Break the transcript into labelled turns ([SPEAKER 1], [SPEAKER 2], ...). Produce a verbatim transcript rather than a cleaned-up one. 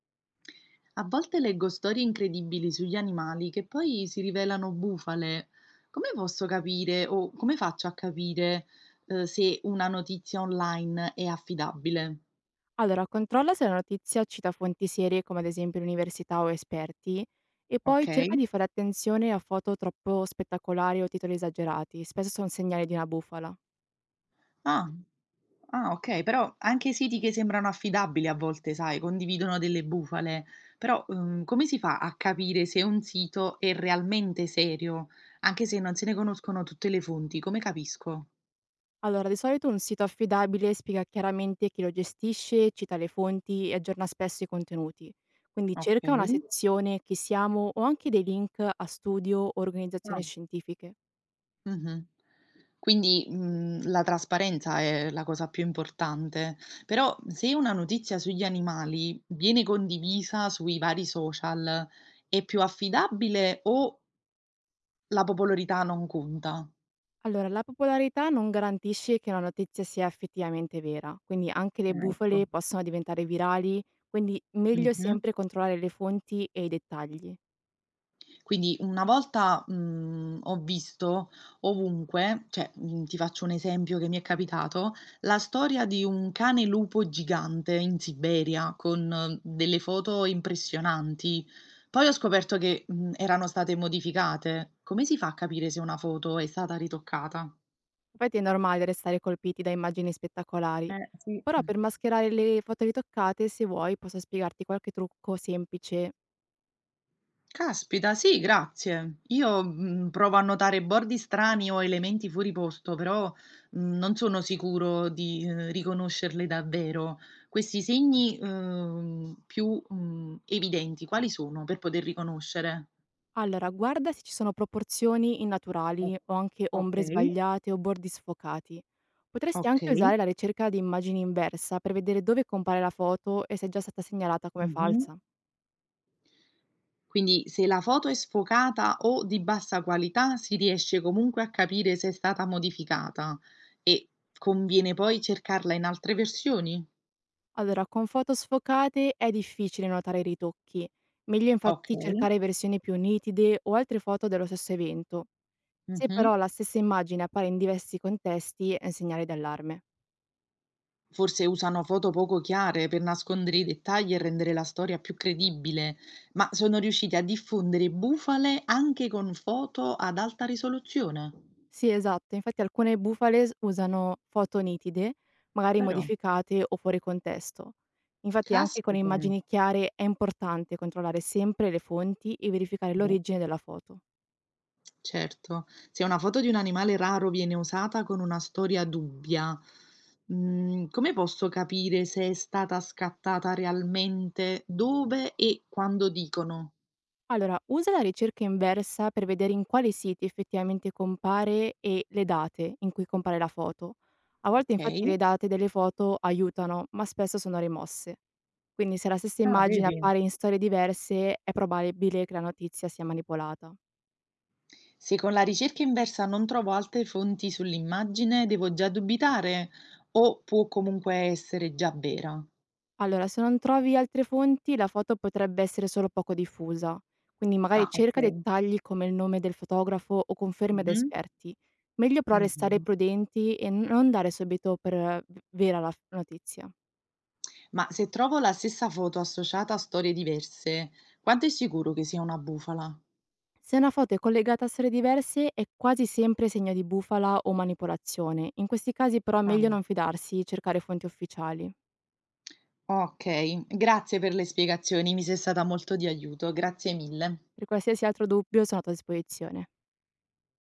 [SPEAKER 1] A volte leggo storie incredibili sugli animali che poi si rivelano bufale. Come posso capire o come faccio a capire eh, se una notizia online è affidabile?
[SPEAKER 2] Allora, controlla se la notizia cita fonti serie come ad esempio l'università o esperti e
[SPEAKER 1] Ok.
[SPEAKER 2] poi cerca di fare attenzione a foto troppo spettacolari o titoli esagerati, spesso sono segnali di una bufala.
[SPEAKER 1] Ah, ah, ok, però anche i siti che sembrano affidabili a volte, sai, condividono delle bufale. Però ehm, come si fa a capire se un sito è realmente serio, anche se non se ne conoscono tutte le fonti? Come capisco?
[SPEAKER 2] Allora, di solito un sito affidabile spiega chiaramente chi lo gestisce, cita le fonti e aggiorna spesso i contenuti. Quindi
[SPEAKER 1] Ok.
[SPEAKER 2] cerca una sezione chi siamo o anche dei link a studio o
[SPEAKER 1] Ah.
[SPEAKER 2] organizzazioni scientifiche.
[SPEAKER 1] Mh-mh. Quindi, mhmm, la trasparenza è la cosa più importante, però se una notizia sugli animali viene condivisa sui vari social, è più affidabile o la popolarità non conta?
[SPEAKER 2] Allora, la popolarità non garantisce che una notizia sia effettivamente vera, quindi anche le
[SPEAKER 1] Ah,
[SPEAKER 2] bufale
[SPEAKER 1] ecco.
[SPEAKER 2] possono diventare virali, quindi meglio
[SPEAKER 1] Mh-mh.
[SPEAKER 2] sempre controllare le fonti e i dettagli.
[SPEAKER 1] Quindi una volta, mhmm, ho visto ovunque, cioè, mhmm, ti faccio un esempio che mi è capitato, la storia di un cane lupo gigante in Siberia con eh, delle foto impressionanti. Poi ho scoperto che, mhmm, erano state modificate. Come si fa a capire se una foto è stata ritoccata?
[SPEAKER 2] Infatti è normale restare colpiti da immagini spettacolari,
[SPEAKER 1] Eh, sì.
[SPEAKER 2] però per mascherare le foto ritoccate, se vuoi, posso spiegarti qualche trucco semplice.
[SPEAKER 1] Caspita, sì, grazie. Io, mhmm, provo a notare bordi strani o elementi fuori posto, però, mhmm, non sono sicuro di, uhm, riconoscerli davvero. Questi segni, uhm, più, mhmm, evidenti quali sono per poter riconoscere?
[SPEAKER 2] Allora, guarda se ci sono proporzioni
[SPEAKER 1] O
[SPEAKER 2] innaturali o anche ombre
[SPEAKER 1] Okay.
[SPEAKER 2] sbagliate o bordi sfocati. Potresti anche
[SPEAKER 1] Okay.
[SPEAKER 2] usare la ricerca di immagini inversa per vedere dove compare la foto e se è già stata segnalata come
[SPEAKER 1] Mh-mh.
[SPEAKER 2] falsa.
[SPEAKER 1] Quindi se la foto è sfocata o di bassa qualità, si riesce comunque a capire se è stata modificata e conviene poi cercarla in altre versioni?
[SPEAKER 2] Allora, con foto sfocate è difficile notare i ritocchi. Meglio infatti
[SPEAKER 1] Okay.
[SPEAKER 2] cercare versioni più nitide o altre foto dello stesso evento. Se
[SPEAKER 1] Mh-mh.
[SPEAKER 2] però la stessa immagine appare in diversi contesti è un segnale d'allarme.
[SPEAKER 1] Forse usano foto poco chiare per nascondere i dettagli e rendere la storia più credibile, ma sono riusciti a diffondere bufale anche con foto ad alta risoluzione.
[SPEAKER 2] Sì, esatto. Infatti alcune bufale s usano foto nitide, magari
[SPEAKER 1] Però,
[SPEAKER 2] modificate o fuori contesto. Infatti anche con
[SPEAKER 1] caspita.
[SPEAKER 2] immagini chiare è importante controllare sempre le fonti e verificare
[SPEAKER 1] Beh,
[SPEAKER 2] l'origine della foto.
[SPEAKER 1] certo. Se una foto di un animale raro viene usata con una storia dubbia, mhmm, come posso capire se è stata scattata realmente, dove e quando dicono?
[SPEAKER 2] Allora, usa la ricerca inversa per vedere in quali siti effettivamente compare e le date in cui compare la foto. A volte
[SPEAKER 1] Okay.
[SPEAKER 2] infatti le date delle foto aiutano, ma spesso sono rimosse. Quindi se la stessa
[SPEAKER 1] Ah,
[SPEAKER 2] immagine
[SPEAKER 1] vedi?
[SPEAKER 2] appare in storie diverse, è probabile che la notizia sia manipolata.
[SPEAKER 1] Se con la ricerca inversa non trovo altre fonti sull'immagine, devo già dubitare o può comunque essere già vera?
[SPEAKER 2] Allora, se non trovi altre fonti, la foto potrebbe essere solo poco diffusa, quindi magari
[SPEAKER 1] Ah,
[SPEAKER 2] cerca
[SPEAKER 1] okay.
[SPEAKER 2] dettagli come il nome del fotografo o conferme da
[SPEAKER 1] Mh-mh.
[SPEAKER 2] esperti. Meglio però restare
[SPEAKER 1] Mh-mh.
[SPEAKER 2] prudenti e non dare subito per eh, v- vera la f- notizia.
[SPEAKER 1] Ma se trovo la stessa foto associata a storie diverse, quanto è sicuro che sia una bufala?
[SPEAKER 2] Se una foto è collegata a storie diverse, è quasi sempre segno di bufala o manipolazione. In questi casi però è meglio
[SPEAKER 1] Ah.
[SPEAKER 2] non fidarsi e cercare fonti ufficiali.
[SPEAKER 1] Okay, grazie per le spiegazioni, mi sei stata molto di aiuto, grazie mille.
[SPEAKER 2] Per qualsiasi altro dubbio sono a tua disposizione.